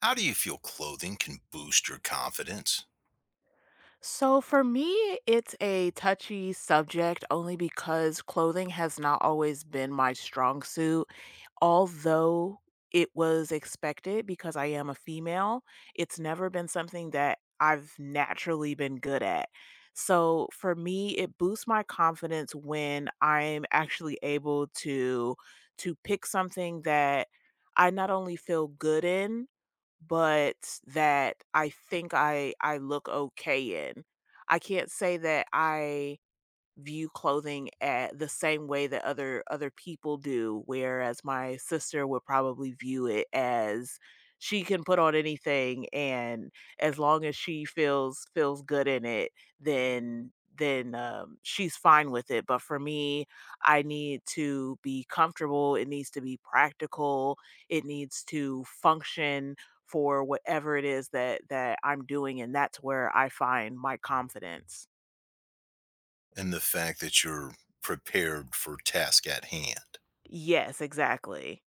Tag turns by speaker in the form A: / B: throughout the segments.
A: How do you feel clothing can boost your confidence
B: So for me, it's a touchy subject only because clothing has not always been my strong suit. Although it was expected because I am a female, it's never been something that I've naturally been good at. So for me, it boosts my confidence when I'm actually able to pick something that I not only feel good in, but that I think I look okay in. I can't say that I view clothing at the same way that other people do, whereas my sister would probably view it as she can put on anything, and as long as she feels good in it, then she's fine with it. But for me, I need to be comfortable. It needs to be practical. It needs to function for whatever it is that I'm doing, and that's where I find my confidence.
A: and the fact that you're prepared for task at hand?
B: Yes, exactly.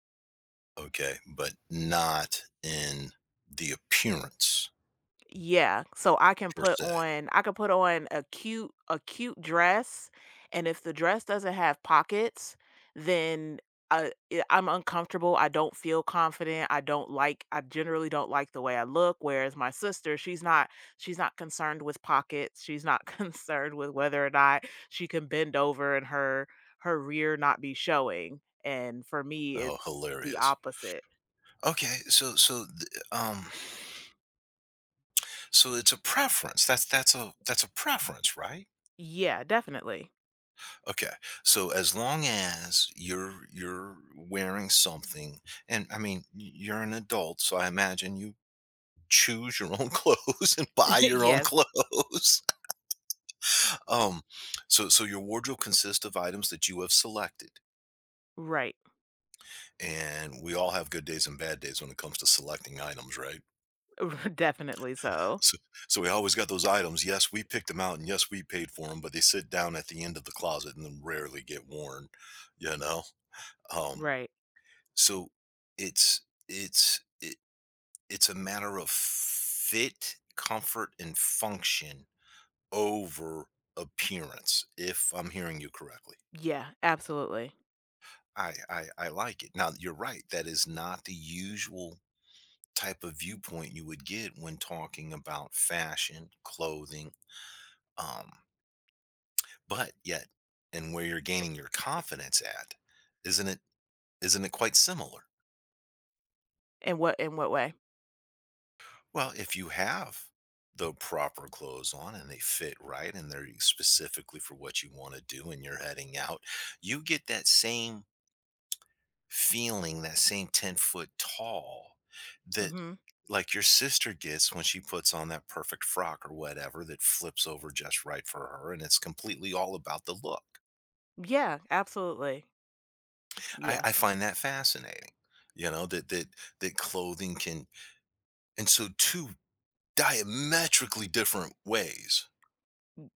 A: Okay, but not in the appearance
B: Yeah, so I can
A: per
B: put
A: se.
B: on I can put on a cute dress, and if the dress doesn't have pockets, then, I'm uncomfortable, I don't feel confident, I don't like, I generally don't like the way I look, whereas my sister, she's not concerned with pockets, she's not concerned with whether or not she can bend over and her rear not be showing, and for me,
A: Oh,
B: it's the
A: hilarious.
B: opposite.
A: Okay, so so it's a preference. That's a preference, right?
B: Yeah, definitely.
A: Okay. So as long as you're wearing something and I mean you're an adult, so I imagine you choose your own clothes and buy your own
B: Yes.
A: clothes. Um, so your wardrobe consists of items that you have selected.
B: Right.
A: And we all have good days and bad days when it comes to selecting items, right?
B: Definitely so.
A: So, so we always got those items. Yes, we picked them out, and yes, we paid for them, but they sit down at the end of the closet and then rarely get worn, you know. Um,
B: Right.
A: so it's it's it, it's a matter of fit, comfort, and function over appearance, if I'm hearing you correctly.
B: Yeah, absolutely.
A: I like it. Now you're right. That is not the usual type of viewpoint you would get when talking about fashion, clothing, um, but yet, and where you're gaining your confidence at, isn't it? Isn't it quite similar?
B: In what way?
A: Well, if you have the proper clothes on and they fit right and they're specifically for what you want to do and you're heading out, you get that same feeling, that same 10-foot tall that
B: Mhm.
A: like your sister gets when she puts on that perfect frock or whatever that flips over just right for her and it's completely all about the look.
B: Yeah, absolutely.
A: i,
B: Yeah.
A: I find that fascinating. You know that that that clothing can, and so two diametrically different ways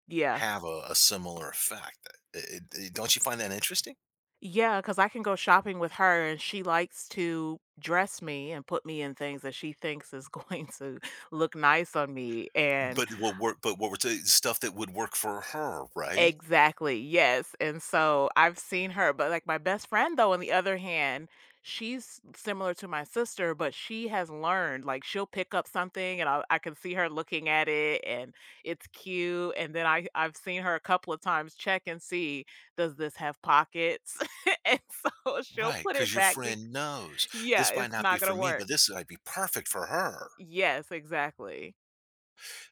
B: Yeah.
A: have a similar effect. Don't you find that interesting?
B: Yeah. Because I can go shopping with her, and she likes to dress me and put me in things that she thinks is going to look nice on me. And
A: But what work, but what stuff that would work for her, right?
B: exactly, yes, and so I've seen her, but, like, my best friend, though, on the other hand, she's similar to my sister, but she has learned, like, she'll pick up something, and I can see her looking at it, and it's cute, and then I've seen her a couple of times check and see, "Does this have pockets?" And so she'll
A: Right,
B: put
A: because
B: it
A: your
B: back bec
A: friend knows,
B: Yeah,
A: "This might
B: it's
A: not be
B: not
A: for
B: gonna
A: me,
B: work.
A: but this might be perfect for her."
B: Yes, exactly.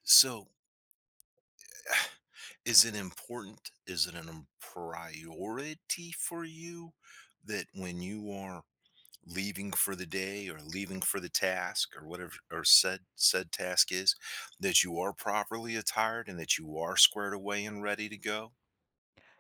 A: So, is it important? Is it a priority for you that when you are leaving for the day or leaving for the task or whatever or said task is, that you are properly attired and that you are squared away and ready to go?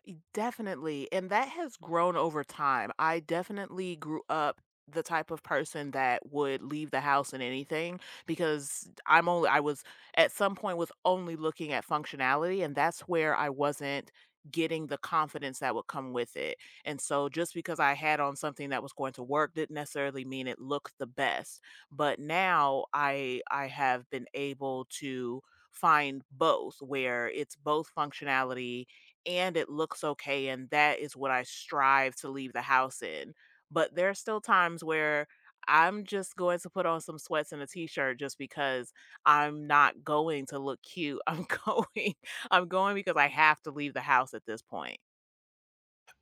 B: E Definitely, and that has grown over time. I definitely grew up the type of person that would leave the house in anything, because I was at some point was only looking at functionality, and that's where I wasn't getting the confidence that would come with it. And so just because I had on something that was going to work didn't necessarily mean it looked the best. But now I have been able to find both where it's both functionality and it looks okay, and that is what I strive to leave the house in. But there are still times where I'm just going to put on some sweats and a t-shirt just because I'm not going to look cute. I'm going because I have to leave the house at this point.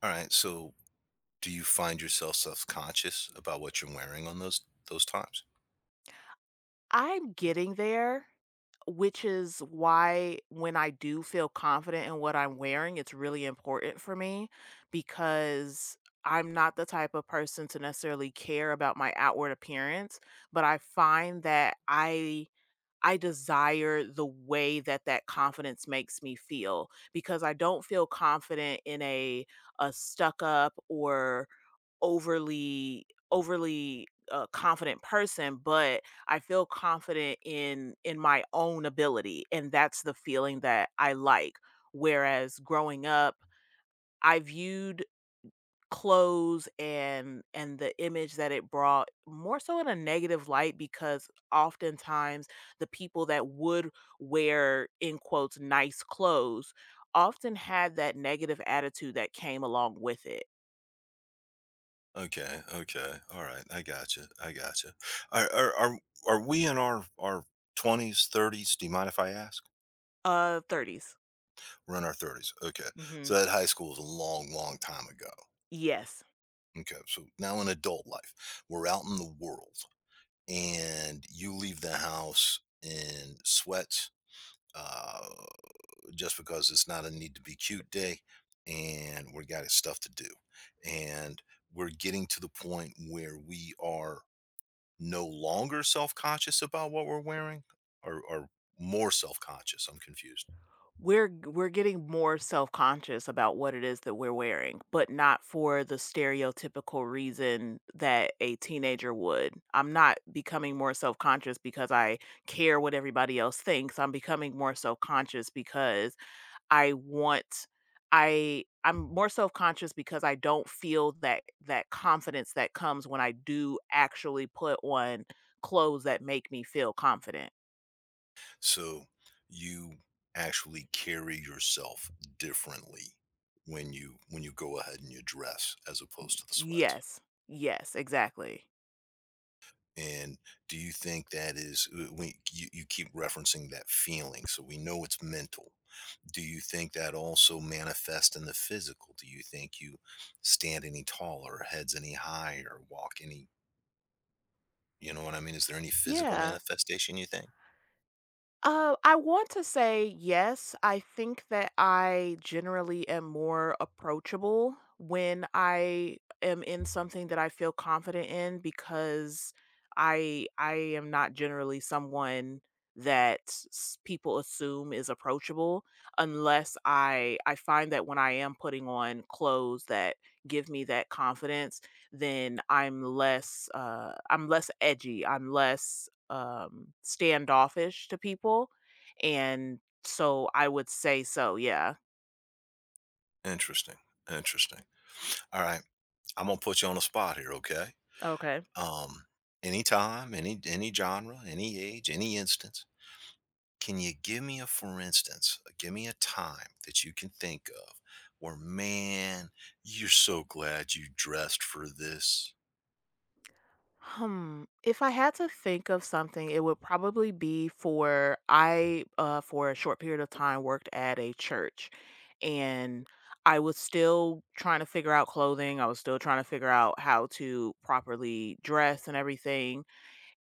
A: Alright, so do you find yourself self-conscious about what you're wearing on those times?
B: I'm getting there, which is why when I do feel confident in what I'm wearing, it's really important for me, because I'm not the type of person to necessarily care about my outward appearance, but I find that I desire the way that that confidence makes me feel, because I don't feel confident in a stuck up or overly confident person. But I feel confident in my own ability, and that's the feeling that I like, whereas growing up I viewed clothes, and the image that it brought, more so in a negative light, because oftentimes the people that would wear, in quotes, nice clothes, often had that negative attitude that came along with it.
A: Okay, okay. All right. I gotcha. I gotcha. Are are are, are we in our 20s, 30s? Do you mind if I ask?
B: 30s.
A: We're in our 30s. Okay. So that high school was a long, long time ago.
B: Yes.
A: Okay. So now in adult life, we're out in the world and you leave the house in sweats, uh, just because it's not a need to be cute day and we got stuff to do. And we're getting to the point where we are no longer self-conscious about what we're wearing, or more self-conscious. I'm confused.
B: We're getting more self-conscious about what it is that we're wearing, but not for the stereotypical reason that a teenager would. I'm not becoming more self-conscious because I care what everybody else thinks. I'm becoming more self-conscious because I want I'm more self-conscious because I don't feel that that confidence that comes when I do actually put on clothes that make me feel confident.
A: So you actually carry yourself differently when you go ahead and you dress as opposed to the sweats.
B: Yes. Yes, exactly.
A: And do you think that is, we you, you keep referencing that feeling, so we know it's mental. Do you think that also manifests in the physical? Do you think you stand any taller, heads any higher, walk any— You know what I mean? Is there any physical
B: Yeah.
A: manifestation you think?
B: I want to say yes. I think that I generally am more approachable when I am in something that I feel confident in, because I am not generally someone that people assume is approachable, unless I find that when I am putting on clothes that give me that confidence, then I'm less edgy. I'm less standoffish to people, and so I would say so, yeah.
A: Interesting. Interesting. All right. I'm gonna put you on the spot here, okay?
B: Okay.
A: Um, Anytime, any genre, any age, any instance. Can you give me a for instance, give me a time that you can think of where man, you're so glad you dressed for this.
B: Hmm, if I had to think of something, it would probably be for a short period of time worked at a church, and I was still trying to figure out clothing, I was still trying to figure out how to properly dress and everything,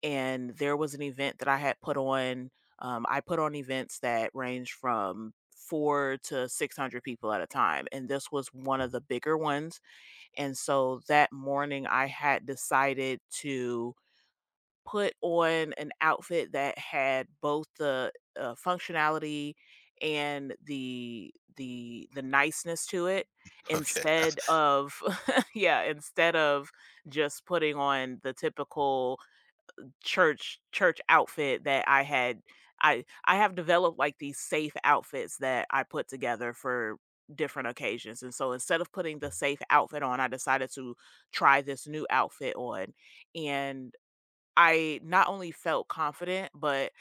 B: and there was an event that I had put on. I put on events that range from four to 600 people at a time. And this was one of the bigger ones. And so that morning, I had decided to put on an outfit that had both the functionality and the niceness to it,
A: Okay,
B: instead
A: that's
B: of yeah, instead of just putting on the typical church outfit that I had I have developed, like, these safe outfits that I put together for different occasions, and so instead of putting the safe outfit on, I decided to try this new outfit on, and I not only felt confident, but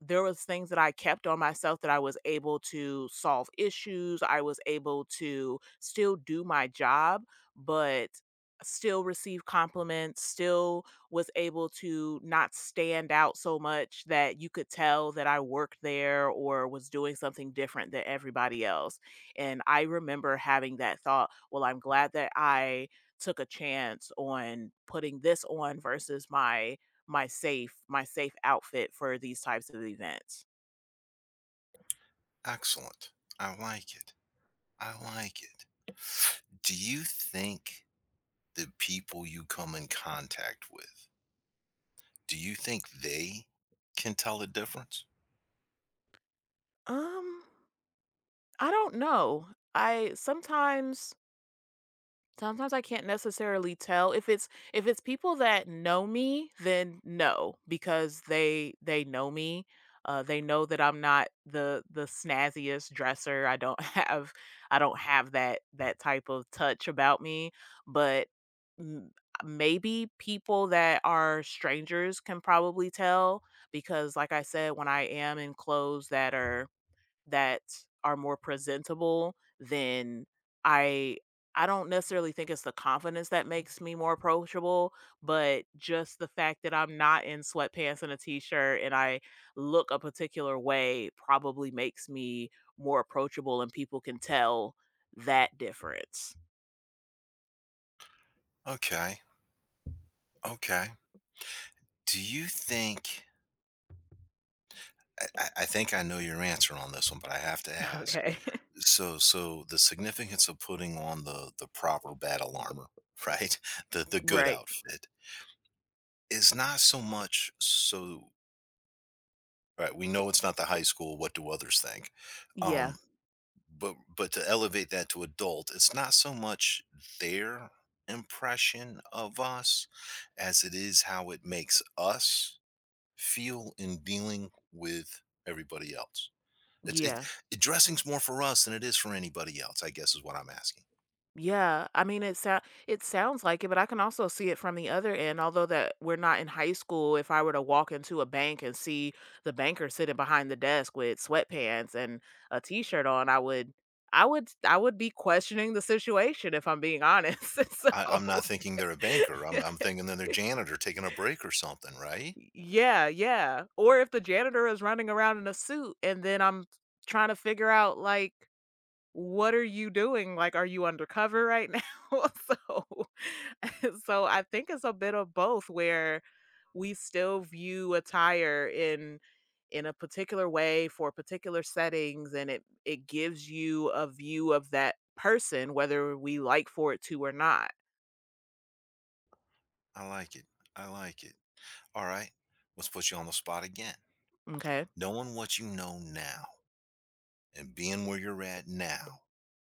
B: there was things that I kept on myself that I was able to solve issues. I was able to still do my job, but still receive compliments, still was able to not stand out so much that you could tell that I worked there or was doing something different than everybody else. And I remember having that thought, well, I'm glad that I took a chance on putting this on versus my safe outfit for these types of events.
A: excellent. I like it. I like it. Do you think the people you come in contact with, do you think they can tell the difference?
B: Um, I don't know. I sometimes Sometimes I can't necessarily tell if it's people that know me, then no, because they know me. They know that I'm not the snazziest dresser. I don't have I don't have that type of touch about me. But m- maybe people that are strangers can probably tell, because, like I said, when I am in clothes that are more presentable, then I I don't necessarily think it's the confidence that makes me more approachable, but just the fact that I'm not in sweatpants and a t-shirt and I look a particular way probably makes me more approachable, and people can tell that difference.
A: Okay, okay. Do you think— I think I know your answer on this one, but I have to ask.
B: Okay.
A: So, so the significance of putting on the proper battle armor, right? The good
B: Right.
A: outfit is not so much so. Right, we know it's not the high school. What do others think?
B: Yeah.
A: Um, but to elevate that to adult, it's not so much their impression of us as it is how it makes us feel in dealing with everybody else. It's it,
B: Yeah.
A: it dressing's more for us than it is for anybody else, I guess is what I'm asking.
B: Yeah, I mean, it sounds like it, but I can also see it from the other end. Although that we're not in high school, if I were to walk into a bank and see the banker sitting behind the desk with sweatpants and a t-shirt on, I would be questioning the situation if I'm being honest. So,
A: I'm not thinking they're a banker. I'm thinking that they're janitor taking a break or something, right?
B: yeah, yeah. Or if the janitor is running around in a suit, and then I'm trying to figure out, like, what are you doing? Like, are you undercover right now? So, so I think it's a bit of both, where we still view attire in a particular way for particular settings, and it gives you a view of that person whether we like for it to or not.
A: I like it. I like it. All right. Let's put you on the spot again.
B: Okay.
A: Knowing what you know now, and being where you're at now,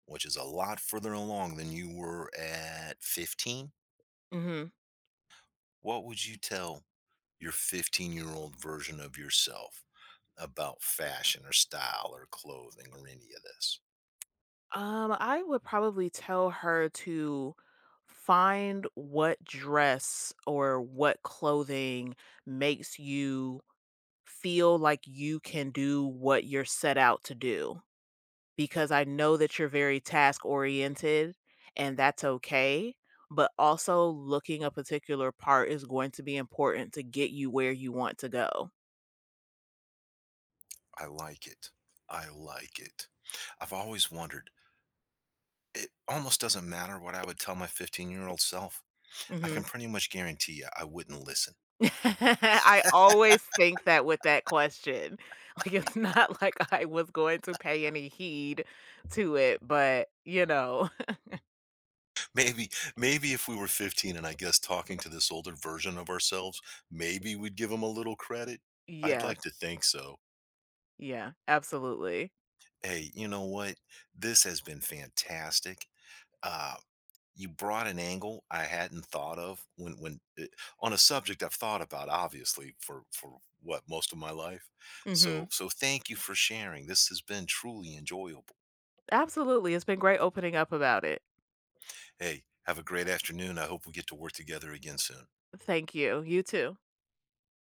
A: which is a lot further along than you were at 15,
B: Mhm.
A: what would you tell your 15-year-old year old version of yourself about fashion or style or clothing or any of this?
B: I would probably tell her to find what dress or what clothing makes you feel like you can do what you're set out to do, because I know that you're very task oriented, and that's okay. But also, looking a particular part is going to be important to get you where you want to go.
A: I like it. I like it. I've always wondered. It almost doesn't matter what I would tell my 15-year-old year old self. I can
B: Hmm.
A: pretty much guarantee you I wouldn't listen.
B: I always think that with that question. Like, it's not like I was going to pay any heed to it.
A: Maybe maybe if we were 15 and I guess talking to this older version of ourselves, maybe we'd give him a little credit? I'd
B: Yeah,
A: like to think so.
B: yeah, absolutely.
A: Hey, you know what? This has been fantastic. Uh, you brought an angle I hadn't thought of when on a subject I've thought about obviously for what most of my life.
B: Hmm.
A: So so thank you for sharing. This has been truly enjoyable.
B: Absolutely. It's been great opening up about it.
A: Hey, have a great afternoon. I hope we get to work together again soon.
B: Thank you. You too.